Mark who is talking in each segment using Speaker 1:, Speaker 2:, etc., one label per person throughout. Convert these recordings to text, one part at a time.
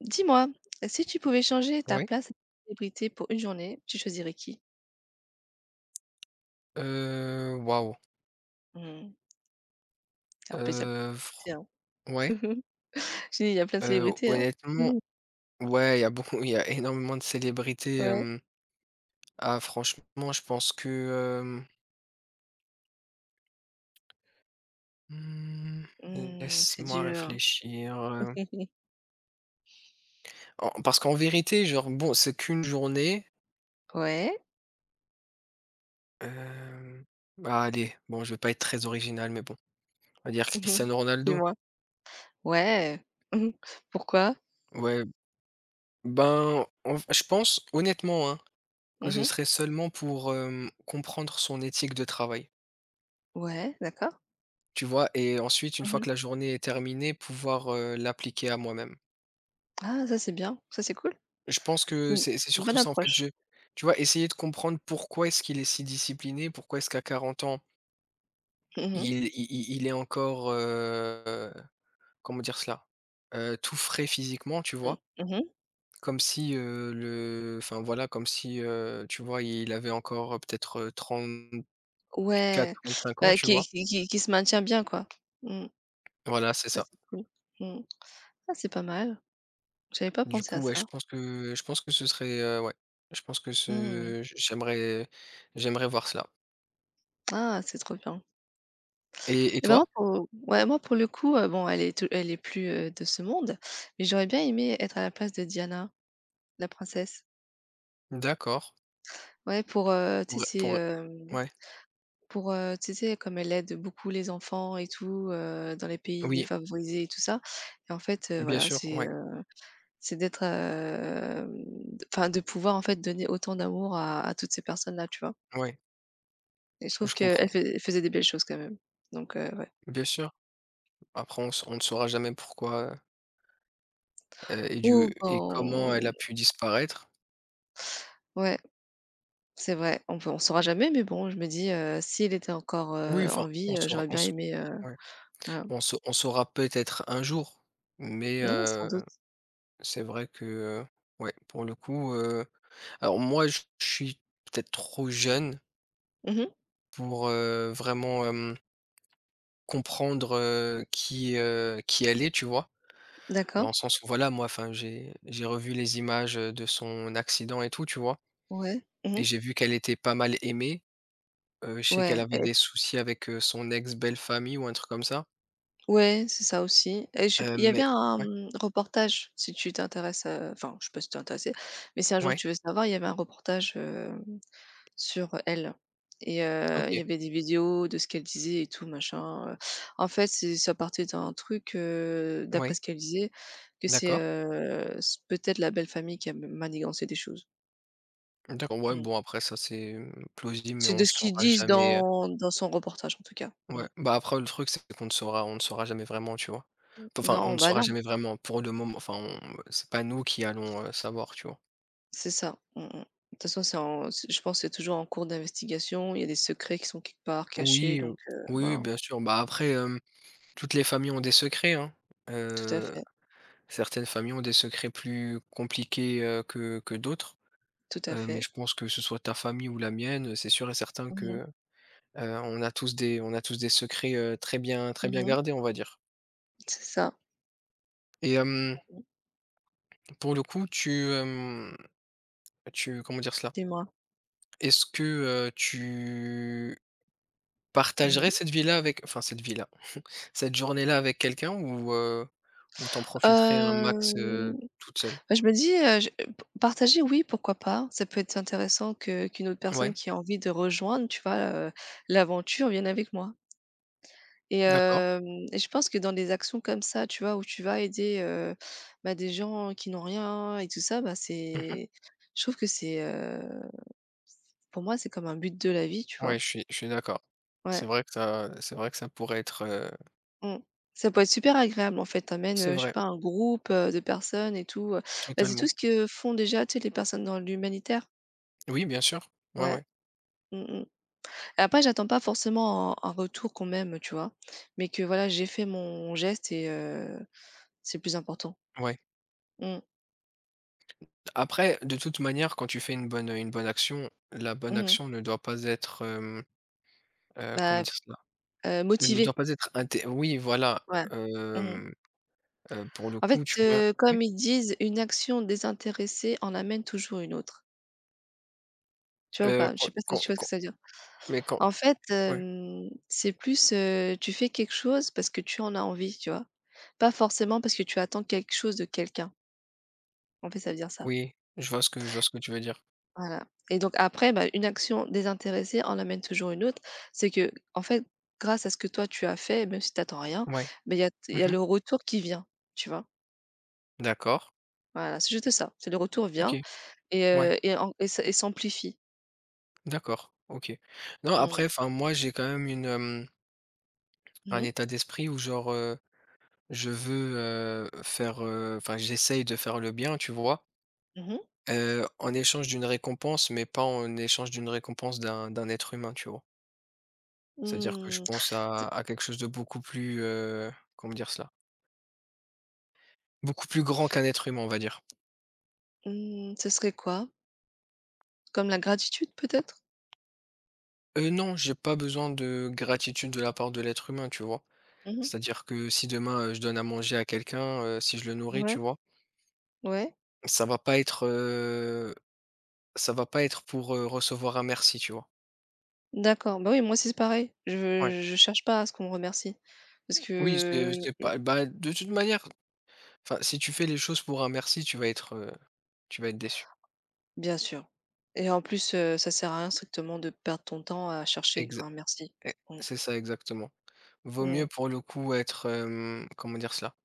Speaker 1: Dis-moi, si tu pouvais changer ta
Speaker 2: Ouais.
Speaker 1: place à une célébrité pour une journée, tu choisirais qui?
Speaker 2: Waouh,
Speaker 1: Mmh. En plus, il
Speaker 2: fr
Speaker 1: y a plein de célébrités, hein.
Speaker 2: ouais,
Speaker 1: J'ai dit, il y a plein de célébrités, hein.
Speaker 2: honnêtement,
Speaker 1: Mmh.
Speaker 2: ouais, il y a énormément de célébrités,
Speaker 1: Ouais.
Speaker 2: ah franchement, je pense que, mmh,
Speaker 1: Mmh, c'est
Speaker 2: laisse-moi
Speaker 1: dur.
Speaker 2: réfléchir,
Speaker 1: Mmh.
Speaker 2: en parce qu'en vérité, genre, bon, c'est qu'une journée,
Speaker 1: Ouais.
Speaker 2: hem, bah, allez, bon, je vais pas être très original, mais bon, on va dire
Speaker 1: Mmh.
Speaker 2: Cristiano Ronaldo.
Speaker 1: Dis-moi. Ouais. Mmh. Pourquoi?
Speaker 2: Ouais, ben, en je pense, honnêtement, hein, que ce
Speaker 1: Mmh.
Speaker 2: serait seulement pour, comprendre son éthique de travail.
Speaker 1: Ouais, d'accord.
Speaker 2: Tu vois? Et ensuite, une fois que
Speaker 1: Mmh.
Speaker 2: la journée est terminée, pouvoir, l'appliquer à moi-même.
Speaker 1: Ah, ça, c'est bien, ça, c'est cool.
Speaker 2: Je pense que
Speaker 1: Mmh,
Speaker 2: c'est
Speaker 1: c'est une
Speaker 2: surtout
Speaker 1: bonne
Speaker 2: ça, en fait. Je
Speaker 1: approche.
Speaker 2: tu vois, essayer de comprendre pourquoi est-ce qu'il est si discipliné? Pourquoi est-ce qu'à 40 ans,
Speaker 1: Mmh mh.
Speaker 2: il i i il est encore, comment dire cela? Tout frais physiquement, tu
Speaker 1: Mmh.
Speaker 2: vois?
Speaker 1: Mmh.
Speaker 2: Comme si, le enfin, voilà, comme si, tu vois, il avait encore, peut-être,
Speaker 1: Ouais,
Speaker 2: 34-35 ans,
Speaker 1: bah,
Speaker 2: tu
Speaker 1: qui
Speaker 2: vois?
Speaker 1: qui qui qui se maintient bien, quoi. Mmh.
Speaker 2: Voilà, c'est
Speaker 1: Ça,
Speaker 2: ça.
Speaker 1: c'est cool. Mmh. Ah, c'est pas mal. J'avais pas
Speaker 2: Du
Speaker 1: pensé
Speaker 2: coup,
Speaker 1: à
Speaker 2: ouais, je
Speaker 1: ça.
Speaker 2: pense que je pense que ce serait, ouais, je pense que
Speaker 1: Mmh.
Speaker 2: ce j'aimerais voir cela
Speaker 1: Ah, c'est trop bien.
Speaker 2: et
Speaker 1: Et ben, moi
Speaker 2: toi?
Speaker 1: pour ouais, moi pour le coup, bon elle est plus, de ce monde, mais j'aurais bien aimé être à la place de Diana, la princesse.
Speaker 2: D'accord.
Speaker 1: Ouais pour, tu sais
Speaker 2: Pour, ouais,
Speaker 1: pour, tu sais comme elle aide beaucoup les enfants et tout, dans les pays
Speaker 2: oui,
Speaker 1: défavorisés et tout ça et en fait,
Speaker 2: bien
Speaker 1: voilà
Speaker 2: sûr,
Speaker 1: c'est,
Speaker 2: ouais,
Speaker 1: heu, c'est d'être, d enfin de pouvoir en fait donner autant d'amour à toutes ces personnes-là, tu vois?
Speaker 2: ouais,
Speaker 1: Et je trouve
Speaker 2: je comprends.
Speaker 1: qu'elle fai elle faisait des belles choses quand même, donc ouais.
Speaker 2: Bien sûr, après on ne saura jamais pourquoi,
Speaker 1: Ou
Speaker 2: et comment elle
Speaker 1: quand
Speaker 2: a pu disparaître.
Speaker 1: Ouais. C'est vrai, on saura jamais, mais bon, je me dis, s'il était encore,
Speaker 2: Oui, enfin,
Speaker 1: en
Speaker 2: on
Speaker 1: vie,
Speaker 2: saura
Speaker 1: j'aurais
Speaker 2: on
Speaker 1: bien
Speaker 2: sau
Speaker 1: aimé,
Speaker 2: ouais,
Speaker 1: voilà.
Speaker 2: on saura peut-être un jour, mais
Speaker 1: Mmh, Sans doute.
Speaker 2: c'est vrai que, ouais, pour le coup, alors moi, je suis peut-être trop jeune
Speaker 1: Mmh.
Speaker 2: pour, vraiment, comprendre, qui elle est, tu vois? Dans
Speaker 1: D'accord.
Speaker 2: le sens où voilà, moi, enfin, j'ai revu les images, de son accident et tout, tu vois?
Speaker 1: Ouais.
Speaker 2: Et
Speaker 1: Mmh.
Speaker 2: j'ai vu qu'elle était pas mal aimée, je sais qu'elle
Speaker 1: Ouais
Speaker 2: avait
Speaker 1: et
Speaker 2: des soucis avec, son ex belle-famille ou un truc comme ça,
Speaker 1: ouais, c'est ça aussi et je sais p il y avait
Speaker 2: mais
Speaker 1: un,
Speaker 2: ouais,
Speaker 1: reportage si tu t'intéresses, enfin, je sais pas si tu es mais si un jour
Speaker 2: ouais,
Speaker 1: tu veux savoir, il y avait un reportage, sur elle et il y
Speaker 2: OK,
Speaker 1: avait des vidéos de ce qu'elle disait et tout machin. En fait, c'est ça partait d'un truc, d'après
Speaker 2: ouais,
Speaker 1: ce qu'elle disait, que c'est,
Speaker 2: d'accord,
Speaker 1: s peut-être la belle famille qui a manigancé des choses.
Speaker 2: d'accord, ouais,
Speaker 1: Mmh.
Speaker 2: bon après ça c'est, plausible mais
Speaker 1: C'est
Speaker 2: on
Speaker 1: de ce qu'ils
Speaker 2: saura
Speaker 1: disent
Speaker 2: jamais.
Speaker 1: dans son reportage, en tout cas.
Speaker 2: Ouais,
Speaker 1: Mmh.
Speaker 2: bah, après le truc, c'est qu'on ne saura jamais vraiment, tu vois? Enfin, on ne
Speaker 1: Non, bah,
Speaker 2: saura
Speaker 1: non,
Speaker 2: jamais vraiment pour le moment, enfin, on c'est pas nous qui allons, savoir, tu vois?
Speaker 1: c'est ça. Mmh mh. De toute façon, c'est je pense que c'est toujours en cours d'investigation. Il y a des secrets qui sont quelque part cachés
Speaker 2: Oui,
Speaker 1: donc
Speaker 2: oui, oui,
Speaker 1: voilà.
Speaker 2: bien sûr. Bah, après, toutes les familles ont des secrets, hein.
Speaker 1: Tout à
Speaker 2: Heu,
Speaker 1: fait,
Speaker 2: certaines familles ont des secrets plus compliqués, que d'autres.
Speaker 1: tout à
Speaker 2: Mais
Speaker 1: fait.
Speaker 2: je pense que ce soit ta famille ou la mienne, c'est sûr et certain que,
Speaker 1: Mmh mh.
Speaker 2: on a tous des secrets, très bien
Speaker 1: Mmh.
Speaker 2: gardés, on va dire.
Speaker 1: C'est ça.
Speaker 2: Et
Speaker 1: Mmh.
Speaker 2: pour le coup, tu comment dire cela?
Speaker 1: Dis-moi.
Speaker 2: Est-ce que, tu
Speaker 1: Mmh.
Speaker 2: partagerais cette vie-là avec enfin cette vie-là, cette journée-là avec quelqu'un ou t'en profiterais un max,
Speaker 1: Hem,
Speaker 2: toute seule?
Speaker 1: Bah, je me dis, je p partager, oui, pourquoi pas. Ça peut être intéressant que qu'une autre personne
Speaker 2: Ouais,
Speaker 1: qui a envie de rejoindre, tu vois, heu, l'aventure vienne avec moi et
Speaker 2: d'accord.
Speaker 1: hem et je pense que dans des actions comme ça, tu vois, où tu vas aider, bah, des gens qui n'ont rien et tout ça, bah,
Speaker 2: Mmh.
Speaker 1: c'est je trouve que c'est, pour moi, c'est comme un but de la vie, tu
Speaker 2: Ouais,
Speaker 1: vois?
Speaker 2: je suis d'accord.
Speaker 1: Ouais,
Speaker 2: C'est vrai que ça pourrait être,
Speaker 1: mmh. Ça peut être super agréable, en fait. T'amènes
Speaker 2: c'est
Speaker 1: amènes, je sais
Speaker 2: vrai,
Speaker 1: pas, un groupe, de personnes et tout, bah, c'est tout
Speaker 2: totalement.
Speaker 1: ce que font déjà, tu sais, les personnes dans l'humanitaire.
Speaker 2: Oui, bien sûr. Ouais,
Speaker 1: Ouais.
Speaker 2: ouais.
Speaker 1: Mmh mh. Après, j'attends pas forcément un retour qu'on m'aime, tu vois? Mais que voilà, j'ai fait mon geste et c'est le plus important.
Speaker 2: Ouais.
Speaker 1: Mmh.
Speaker 2: Après, de toute manière, quand tu fais une bonne, action, la bonne
Speaker 1: Mmh.
Speaker 2: action ne doit pas être, comment
Speaker 1: Bah,
Speaker 2: dire cela? Elle ne doit
Speaker 1: motivée,
Speaker 2: pas être inté oui, voilà,
Speaker 1: ouais. Mmh.
Speaker 2: pour le
Speaker 1: En fait,
Speaker 2: coup, tu vois? Oui?
Speaker 1: comme ils disent: «Une action désintéressée en amène toujours une autre». Tu vois ou pas? Je
Speaker 2: Quand
Speaker 1: sais pas si
Speaker 2: quand
Speaker 1: tu vois ce que
Speaker 2: quand
Speaker 1: ça veut dire?
Speaker 2: mais quand
Speaker 1: En fait,
Speaker 2: ouais,
Speaker 1: c'est plus, tu fais quelque chose parce que tu en as envie, tu vois? Pas forcément parce que tu attends quelque chose de quelqu'un. En fait, ça veut dire ça.
Speaker 2: oui, je vois ce que tu veux dire.
Speaker 1: Voilà et donc après, bah, une action désintéressée en amène toujours une autre. C'est que, en fait, grâce à ce que toi tu as fait, même si tu attends rien,
Speaker 2: Ouais.
Speaker 1: mais il y a
Speaker 2: Mmh.
Speaker 1: le retour qui vient, tu vois?
Speaker 2: D'accord.
Speaker 1: Voilà, c'est juste ça, c'est le retour vient
Speaker 2: OK.
Speaker 1: et
Speaker 2: Ouais.
Speaker 1: heu et en et s et s'amplifie.
Speaker 2: D'accord. OK. Non, après,
Speaker 1: Mmh.
Speaker 2: enfin, moi, j'ai quand même
Speaker 1: Mmh
Speaker 2: un
Speaker 1: mh.
Speaker 2: état d'esprit où genre, je veux, faire, enfin, j'essaye de faire le bien, tu vois?
Speaker 1: Mmh mh.
Speaker 2: En échange d'une récompense, mais pas en échange d'une récompense d'un être humain, tu vois? C'est-à-dire que je
Speaker 1: Mmh.
Speaker 2: pense
Speaker 1: Ce
Speaker 2: à quelque chose de beaucoup plus, comment dire cela? Beaucoup plus grand qu'un être humain, on va dire.
Speaker 1: mmh, Serait quoi? Comme la gratitude peut-être?
Speaker 2: Non, j'ai pas besoin de gratitude de la part de l'être humain, tu vois?
Speaker 1: Mmh.
Speaker 2: C'est-à-dire que si demain, je donne à manger à quelqu'un, si je le nourris, tu
Speaker 1: Ouais,
Speaker 2: vois?
Speaker 1: ouais.
Speaker 2: Ça va pas être, heu, Ça va pas être pour, recevoir un merci, tu vois?
Speaker 1: D'accord, bah, oui, moi aussi c'est pareil.
Speaker 2: Ouais.
Speaker 1: Je cherche pas à ce qu'on me remercie parce
Speaker 2: Oui,
Speaker 1: que
Speaker 2: c'est pas bah, de toute manière, enfin, si tu fais les choses pour un merci, tu vas être déçu.
Speaker 1: bien sûr et en plus, ça sert à rien strictement de perdre ton temps à chercher
Speaker 2: Exa
Speaker 1: un merci.
Speaker 2: e
Speaker 1: Mmh.
Speaker 2: C'est ça exactement. Vaut mieux
Speaker 1: Mmh.
Speaker 2: pour le coup être, comment dire cela?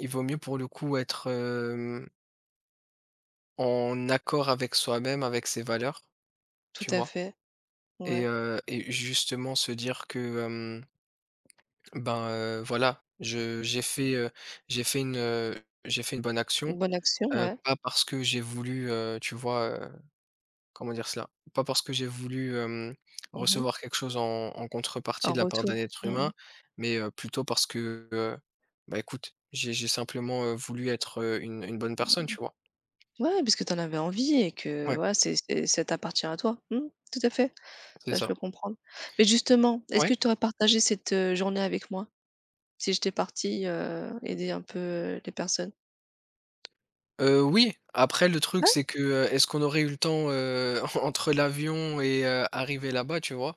Speaker 2: Il vaut mieux pour le coup être, en accord avec soi-même, avec ses valeurs,
Speaker 1: Tout
Speaker 2: tu
Speaker 1: à
Speaker 2: vois?
Speaker 1: fait,
Speaker 2: Et
Speaker 1: ouais.
Speaker 2: heu et justement se dire que, hem, ben, voilà, je j'ai fait, j'ai fait une, heu, j'ai fait une bonne action,
Speaker 1: Une bonne action, ouais.
Speaker 2: pas parce que j'ai voulu, tu vois, comment dire cela? Pas parce que j'ai voulu,
Speaker 1: Mmh.
Speaker 2: recevoir quelque chose en
Speaker 1: Un
Speaker 2: contrepartie de la part d'un
Speaker 1: retour.
Speaker 2: être
Speaker 1: Mmh
Speaker 2: humain, mais, plutôt parce que, bah, écoute, j'ai simplement, voulu être, une bonne personne,
Speaker 1: mh.
Speaker 2: tu vois?
Speaker 1: Ouais, puisque tu en avais envie et que
Speaker 2: Ouais,
Speaker 1: ouais, c'est ça t'appartient à toi. Mmh, Tout à fait.
Speaker 2: c'est
Speaker 1: Là, je
Speaker 2: ça.
Speaker 1: peux comprendre. Mais justement, est-ce que
Speaker 2: Ouais.
Speaker 1: tu aurais partagé cette, journée avec moi si j'étais partie, aider un peu, les personnes?
Speaker 2: Oui, après le truc c'est que, est-ce qu'on aurait eu le temps, entre l'avion et arriver là-bas, tu vois?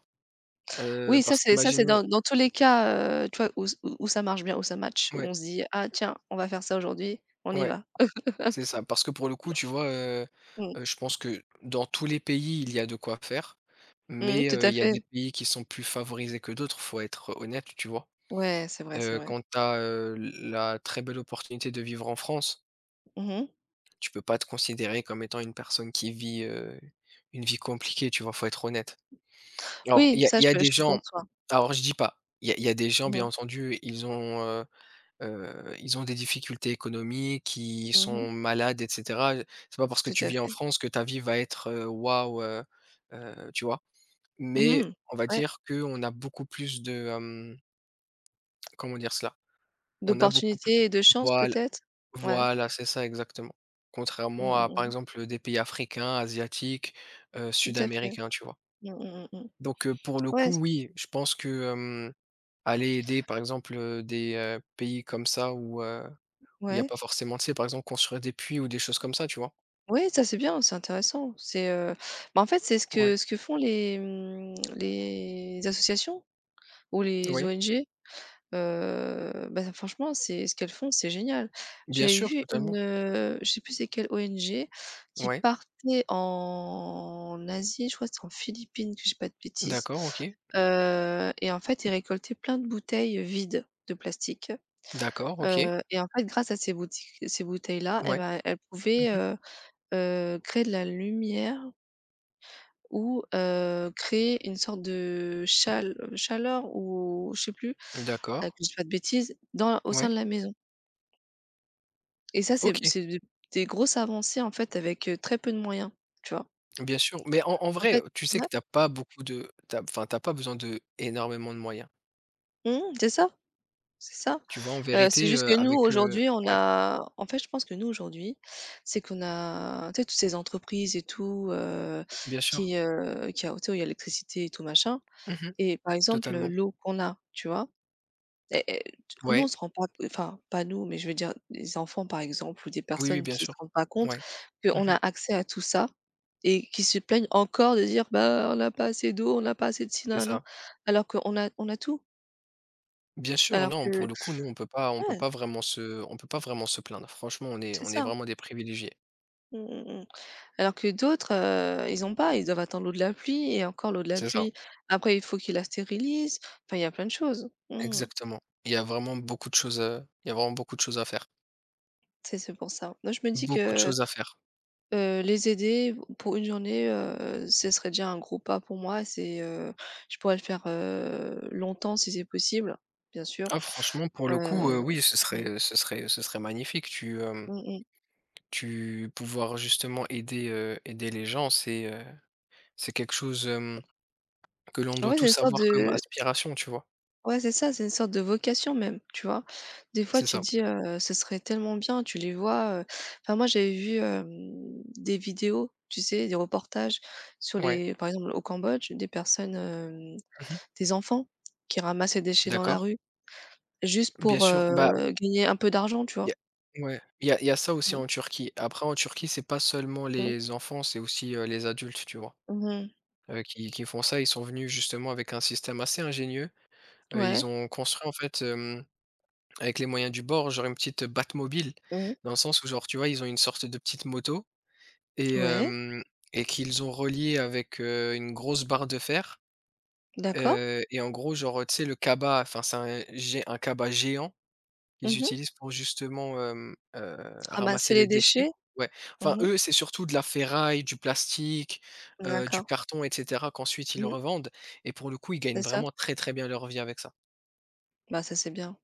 Speaker 2: Heu,
Speaker 1: Oui, ça
Speaker 2: parce
Speaker 1: c'est ça c'est
Speaker 2: qu'imaginons.
Speaker 1: dans tous les cas, tu vois, où ça marche bien, où ça match, où
Speaker 2: Ouais,
Speaker 1: on se dit: «Ah tiens, on va faire ça aujourd'hui, on y
Speaker 2: ouais,
Speaker 1: va».
Speaker 2: c'est ça. Parce que pour le coup, tu vois,
Speaker 1: Mmh.
Speaker 2: je pense que dans tous les pays, il y a de quoi faire,
Speaker 1: Mmh,
Speaker 2: mais
Speaker 1: Tout à
Speaker 2: il y a
Speaker 1: fait.
Speaker 2: des pays qui sont plus favorisés que d'autres, faut être honnête, tu vois?
Speaker 1: Ouais, c'est vrai, c'est
Speaker 2: Heu,
Speaker 1: vrai.
Speaker 2: quand tu as la très belle opportunité de vivre en France,
Speaker 1: Mmh.
Speaker 2: tu peux pas te considérer comme étant une personne qui vit, une vie compliquée, tu vois? Faut être honnête. Alors,
Speaker 1: Oui, ça
Speaker 2: il y
Speaker 1: je
Speaker 2: a
Speaker 1: peux
Speaker 2: des
Speaker 1: je le
Speaker 2: gens,
Speaker 1: conçois.
Speaker 2: alors je dis pas, il y a des gens,
Speaker 1: Mmh
Speaker 2: bien
Speaker 1: mh.
Speaker 2: entendu, ils ont des difficultés économiques, ils
Speaker 1: Mmh.
Speaker 2: sont malades et cetera. C'est pas parce que
Speaker 1: Tout
Speaker 2: tu
Speaker 1: à
Speaker 2: vis en
Speaker 1: fait.
Speaker 2: France que ta vie va être, waouh, tu vois? Mais
Speaker 1: Mmh.
Speaker 2: on va
Speaker 1: Ouais.
Speaker 2: dire qu'on a beaucoup plus de, comment dire cela? On a beaucoup plus.
Speaker 1: D'opportunités et de chance
Speaker 2: Voilà,
Speaker 1: peut-être? Ouais.
Speaker 2: voilà, c'est ça exactement.
Speaker 1: Mmh
Speaker 2: Contrairement
Speaker 1: mh,
Speaker 2: à, par
Speaker 1: mmh.
Speaker 2: exemple, des pays africains, asiatiques,
Speaker 1: Tout à fait.
Speaker 2: sud-américains, tu vois?
Speaker 1: Mmh mh, mmh mh.
Speaker 2: Donc, pour le coup,
Speaker 1: Ouais, c
Speaker 2: oui, je pense que, aller aider par exemple, des, pays comme ça où il y a
Speaker 1: ouais.
Speaker 2: pas forcément, tu sais, par exemple, construire des puits ou des choses comme ça, tu vois?
Speaker 1: Ouais, ça c'est bien, c'est intéressant. C'est, bah, en fait, c'est ce
Speaker 2: Ouais,
Speaker 1: que ce que font les associations ou les
Speaker 2: oui,
Speaker 1: ONG. Bah, franchement, c'est ce qu'elles font, c'est génial.
Speaker 2: bien
Speaker 1: J'avais
Speaker 2: sûr,
Speaker 1: vu
Speaker 2: totalement.
Speaker 1: une, je sais plus c'est quelle ONG qui
Speaker 2: Ouais,
Speaker 1: partait en Asie, je crois que c'était en Philippines, que j'ai pas de bêtises,
Speaker 2: d'accord, OK,
Speaker 1: et en fait, ils récoltaient plein de bouteilles vides de plastique,
Speaker 2: d'accord, OK,
Speaker 1: et en fait, grâce à ces boutiques ces bouteilles-là et
Speaker 2: ouais,
Speaker 1: ben, elles pouvaient,
Speaker 2: mmh,
Speaker 1: créer de la lumière ou créer une sorte de chaleur ou je sais plus,
Speaker 2: d'accord,
Speaker 1: que je dise pas de bêtises, dans au
Speaker 2: ouais,
Speaker 1: sein de la maison et ça, c'est
Speaker 2: OK,
Speaker 1: c'est des grosses avancées, en fait, avec, très peu de moyens, tu vois?
Speaker 2: bien sûr. Mais en
Speaker 1: En
Speaker 2: vrai,
Speaker 1: fait
Speaker 2: tu sais que
Speaker 1: Ouais,
Speaker 2: t'as pas beaucoup de t'as enfin, t'as pas besoin de énormément de moyens.
Speaker 1: mmh, c'est ça, c'est ça.
Speaker 2: Tu vois? En
Speaker 1: C'est
Speaker 2: vérité,
Speaker 1: juste que nous,
Speaker 2: avec,
Speaker 1: aujourd'hui, on
Speaker 2: ouais,
Speaker 1: a en fait, je pense que nous, aujourd'hui, c'est qu'on a tu sais, toutes ces entreprises et tout,
Speaker 2: bien sûr.
Speaker 1: qui a tu sais, où il y a l'électricité et tout machin
Speaker 2: Mmh,
Speaker 1: et par exemple,
Speaker 2: totalement.
Speaker 1: l'eau qu'on a, tu vois? Et t nous, on
Speaker 2: Ouais,
Speaker 1: se rend pas enfin, pas nous, mais je veux dire des enfants, par exemple, ou des
Speaker 2: oui, oui,
Speaker 1: personnes
Speaker 2: bien
Speaker 1: qui se
Speaker 2: sûr.
Speaker 1: rendent pas compte
Speaker 2: Ouais,
Speaker 1: qu'on
Speaker 2: mmh,
Speaker 1: a accès à tout ça et qui se plaignent encore de dire: «Bah, on n'a pas assez d'eau, on n'a pas assez de ci,
Speaker 2: c'est
Speaker 1: nin-nin»,
Speaker 2: ça.
Speaker 1: alors qu'on a on a tout.
Speaker 2: Bien sûr,
Speaker 1: Alors
Speaker 2: non,
Speaker 1: que
Speaker 2: pour le coup, nous,
Speaker 1: Ouais,
Speaker 2: on peut pas vraiment se plaindre. Franchement,
Speaker 1: c'est
Speaker 2: on est
Speaker 1: ça.
Speaker 2: vraiment des privilégiés.
Speaker 1: Mmh mh, mmh. Alors que d'autres, ils ont pas, ils doivent attendre l'eau de la pluie et encore l'eau de la
Speaker 2: C'est ça,
Speaker 1: pluie, après il faut qu'ils la stérilisent. Enfin, il y a plein de choses. Mmh.
Speaker 2: exactement. Il y a vraiment beaucoup de choses, il y a vraiment beaucoup de choses à faire.
Speaker 1: C'est pour ça. Moi, je me dis
Speaker 2: Beaucoup de
Speaker 1: que
Speaker 2: choses à faire.
Speaker 1: Les aider pour une journée, ce serait déjà un gros pas pour moi. C'est, je pourrais le faire, longtemps si c'est possible, bien sûr.
Speaker 2: Ah franchement, pour le coup,
Speaker 1: Heu,
Speaker 2: oui, ce
Speaker 1: mmh,
Speaker 2: serait, ce serait magnifique.
Speaker 1: mmh mh.
Speaker 2: Tu pouvoir justement aider, aider les gens, c'est quelque chose, que l'on doit
Speaker 1: Ouais, c'est une
Speaker 2: tous
Speaker 1: sorte
Speaker 2: avoir comme
Speaker 1: de
Speaker 2: aspiration, tu vois?
Speaker 1: ouais, c'est ça, c'est une sorte de vocation même, tu vois? Des fois,
Speaker 2: C'est
Speaker 1: tu te
Speaker 2: ça,
Speaker 1: dis, «Ce serait tellement bien», tu les vois, enfin moi, j'avais vu, des vidéos, tu sais, des reportages sur
Speaker 2: ouais.
Speaker 1: les par exemple, au Cambodge,
Speaker 2: Mmh,
Speaker 1: des enfants qui ramassaient des déchets dans la
Speaker 2: d'accord.
Speaker 1: rue. Juste
Speaker 2: Bien
Speaker 1: pour,
Speaker 2: sûr, bah.
Speaker 1: gagner un peu d'argent, tu
Speaker 2: Il
Speaker 1: vois?
Speaker 2: y a, ouais, il y a ça aussi
Speaker 1: Mmh,
Speaker 2: en Turquie. Après en Turquie, c'est pas seulement
Speaker 1: mmh,
Speaker 2: les enfants, c'est aussi, les adultes, tu vois?
Speaker 1: mmh.
Speaker 2: Qui font ça. Ils sont venus justement avec un système assez ingénieux. Heu,
Speaker 1: Ouais.
Speaker 2: ils ont construit, en fait, avec les moyens du bord, genre une petite Batmobile,
Speaker 1: Mmh.
Speaker 2: dans le sens où, genre, tu vois, ils ont une sorte de petite moto et
Speaker 1: Ouais,
Speaker 2: hem et qu'ils ont relié avec, une grosse barre de fer.
Speaker 1: d'accord.
Speaker 2: Et en gros, genre, tu sais, le cabas, enfin, c'est un cabas géant. Ils
Speaker 1: Mmh.
Speaker 2: utilisent pour justement,
Speaker 1: Ramasser
Speaker 2: ramasser
Speaker 1: les
Speaker 2: les déchets.
Speaker 1: déchets.
Speaker 2: Ouais. Enfin,
Speaker 1: Mmh.
Speaker 2: eux, c'est surtout de la ferraille, du plastique, du
Speaker 1: D'accord.
Speaker 2: carton et cetera, qu'ensuite ils
Speaker 1: Mmh.
Speaker 2: revendent, et pour le coup, ils gagnent
Speaker 1: C'est ça.
Speaker 2: vraiment très, très bien leur vie avec ça.
Speaker 1: Bah, ça, c'est bien.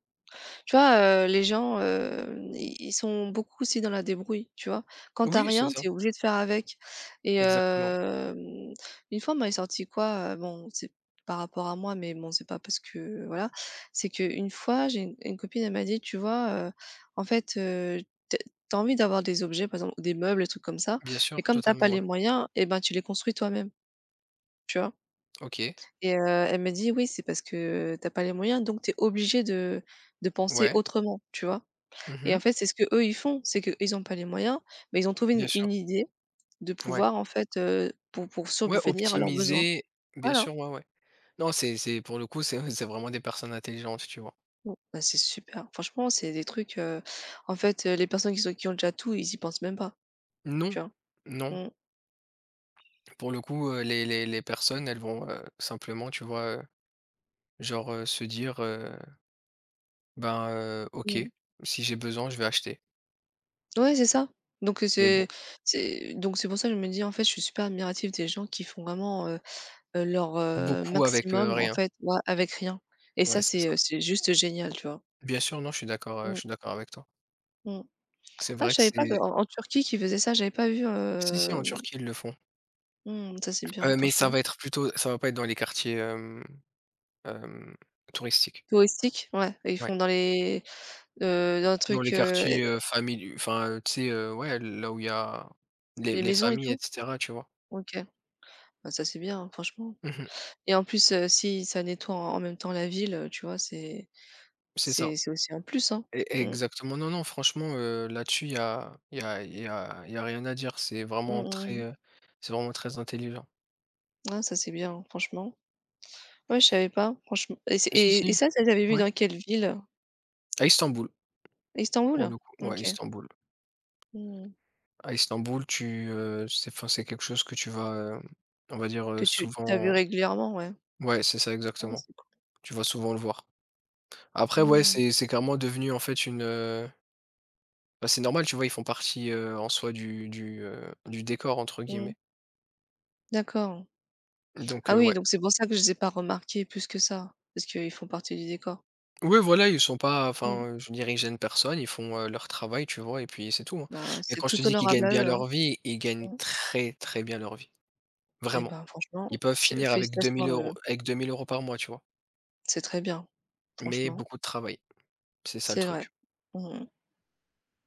Speaker 1: Tu vois, les gens, i ils sont beaucoup aussi dans la débrouille, tu vois? Quand t'as
Speaker 2: Oui, c'est
Speaker 1: rien,
Speaker 2: ça,
Speaker 1: t'es obligé de faire avec et
Speaker 2: exactement.
Speaker 1: une fois, on m'avait sorti quoi? Bon, c'est par rapport à moi, mais bon, c'est pas parce que voilà. C'est que une fois, j'ai une copine, elle m'a dit: «Tu vois, en fait, tu as envie d'avoir des objets, par exemple, des meubles, des trucs comme ça,
Speaker 2: Bien sûr,
Speaker 1: mais comme t'as pas
Speaker 2: totalement, ouais.
Speaker 1: les moyens et ben, tu les construis toi-même», tu vois?
Speaker 2: OK,
Speaker 1: Et elle me dit: «Oui, c'est parce que t'as pas les moyens, donc t'es obligé de penser
Speaker 2: ouais.
Speaker 1: autrement», tu vois? Et en
Speaker 2: Mmh,
Speaker 1: fait, c'est ce que eux ils font. C'est qu'ils n'ont pas les moyens, mais ils ont trouvé
Speaker 2: bien
Speaker 1: une
Speaker 2: sûr,
Speaker 1: une idée de
Speaker 2: ouais.
Speaker 1: pouvoir en fait, pour
Speaker 2: Ouais,
Speaker 1: subvenir à leurs besoins.
Speaker 2: optimiser, bien
Speaker 1: Voilà.
Speaker 2: sûr, ouais, ouais. Non, c'est pour le coup, c'est vraiment des personnes intelligentes, tu vois?
Speaker 1: Mmh. Bah, c'est super. Franchement, c'est des trucs, en fait, les personnes qui sont qui ont déjà tout, ils y pensent même pas,
Speaker 2: Non,
Speaker 1: tu vois?
Speaker 2: non.
Speaker 1: Mmh.
Speaker 2: Pour le coup, les personnes, elles vont, simplement, tu vois, genre, se dire, «Ben, OK,
Speaker 1: Mmh.
Speaker 2: si j'ai besoin, je vais acheter».
Speaker 1: Ouais, c'est ça. Donc,
Speaker 2: Mais bon,
Speaker 1: c'est pour ça que je me dis, en fait, je suis super admirative des gens qui font vraiment, leur,
Speaker 2: beaucoup avec,
Speaker 1: maximum en
Speaker 2: rien.
Speaker 1: fait, ouais, avec rien. Et
Speaker 2: Ouais,
Speaker 1: ça,
Speaker 2: c'est
Speaker 1: c'est,
Speaker 2: ça.
Speaker 1: heu, c'est juste génial, tu vois?
Speaker 2: Bien sûr, non, je
Speaker 1: Mmh.
Speaker 2: suis d'accord avec toi.
Speaker 1: Mmh.
Speaker 2: C'est
Speaker 1: Ah,
Speaker 2: vrai
Speaker 1: je
Speaker 2: que
Speaker 1: savais pas
Speaker 2: c'est
Speaker 1: qu'en en Turquie qu'ils faisaient ça, j'avais pas vu,
Speaker 2: si, si, en Turquie, ils le font.
Speaker 1: mmh, ça c'est bien
Speaker 2: Mais
Speaker 1: franchement.
Speaker 2: ça va pas être dans les quartiers, hem, touristiques.
Speaker 1: Touristique, ouais, et ils
Speaker 2: Ouais.
Speaker 1: font dans les, dans le
Speaker 2: Dans
Speaker 1: truc,
Speaker 2: les quartiers, famili enfin, tu sais, ouais, là où il y a
Speaker 1: les
Speaker 2: les
Speaker 1: maisons et
Speaker 2: familles et
Speaker 1: tout?
Speaker 2: cetera, tu vois?
Speaker 1: OK. Bah, ça c'est bien, franchement
Speaker 2: Mmh,
Speaker 1: et en plus, si ça nettoie en même temps la ville, tu vois, c'est
Speaker 2: c'est ça.
Speaker 1: c'est c'est aussi un plus, hein.
Speaker 2: E
Speaker 1: Mmh.
Speaker 2: Exactement, non, non, franchement, là-dessus, il y a y a rien à dire.
Speaker 1: Mmh mh.
Speaker 2: C'est vraiment très intelligent.
Speaker 1: Ah, ça c'est bien, franchement. Ouais, je savais pas, franchement et c'est
Speaker 2: Si,
Speaker 1: et
Speaker 2: si,
Speaker 1: ça tu avais vu
Speaker 2: ouais,
Speaker 1: dans quelle ville?
Speaker 2: à Istanbul,
Speaker 1: Istanbul?
Speaker 2: pour le coup, ouais,
Speaker 1: OK.
Speaker 2: Istanbul.
Speaker 1: Mmh.
Speaker 2: À Istanbul, c'est enfin, c'est quelque chose que tu vas, on va dire,
Speaker 1: Que tu t'as vu
Speaker 2: souvent,
Speaker 1: régulièrement, ouais.
Speaker 2: ouais, c'est ça,
Speaker 1: Ouais,
Speaker 2: exactement.
Speaker 1: c'est cool.
Speaker 2: Tu vas souvent le voir. Après, ouais,
Speaker 1: Mmh.
Speaker 2: c'est carrément devenu, en fait, bah, c'est normal, tu vois? Ils font partie, en soi du «décor», entre
Speaker 1: Mmh.
Speaker 2: guillemets,
Speaker 1: D'accord.
Speaker 2: donc
Speaker 1: Ah oui,
Speaker 2: ouais.
Speaker 1: donc c'est pour ça que je les ai pas remarqués plus que ça, parce qu'ils font partie du décor.
Speaker 2: Oui, voilà, ils sont pas
Speaker 1: Mmh.
Speaker 2: enfin, je dirigent personne, ils font, leur travail, tu vois? Et puis c'est tout, hein.
Speaker 1: Bah,
Speaker 2: Et
Speaker 1: c'est
Speaker 2: quand je
Speaker 1: tout
Speaker 2: te dis qu'ils
Speaker 1: honorable
Speaker 2: gagnent
Speaker 1: à
Speaker 2: bien
Speaker 1: eux, hein.
Speaker 2: leur vie, ils gagnent
Speaker 1: Mmh
Speaker 2: très, très bien leur vie,
Speaker 1: et
Speaker 2: vraiment.
Speaker 1: ben,
Speaker 2: Ils
Speaker 1: franchement,
Speaker 2: peuvent
Speaker 1: c'est
Speaker 2: finir avec deux
Speaker 1: félicitations
Speaker 2: mille
Speaker 1: à
Speaker 2: euros,
Speaker 1: eux,
Speaker 2: avec 2 000 euros par mois, tu vois?
Speaker 1: c'est très bien,
Speaker 2: Mais
Speaker 1: franchement,
Speaker 2: beaucoup de travail, c'est ça le
Speaker 1: c'est vrai.
Speaker 2: truc.
Speaker 1: Mmh.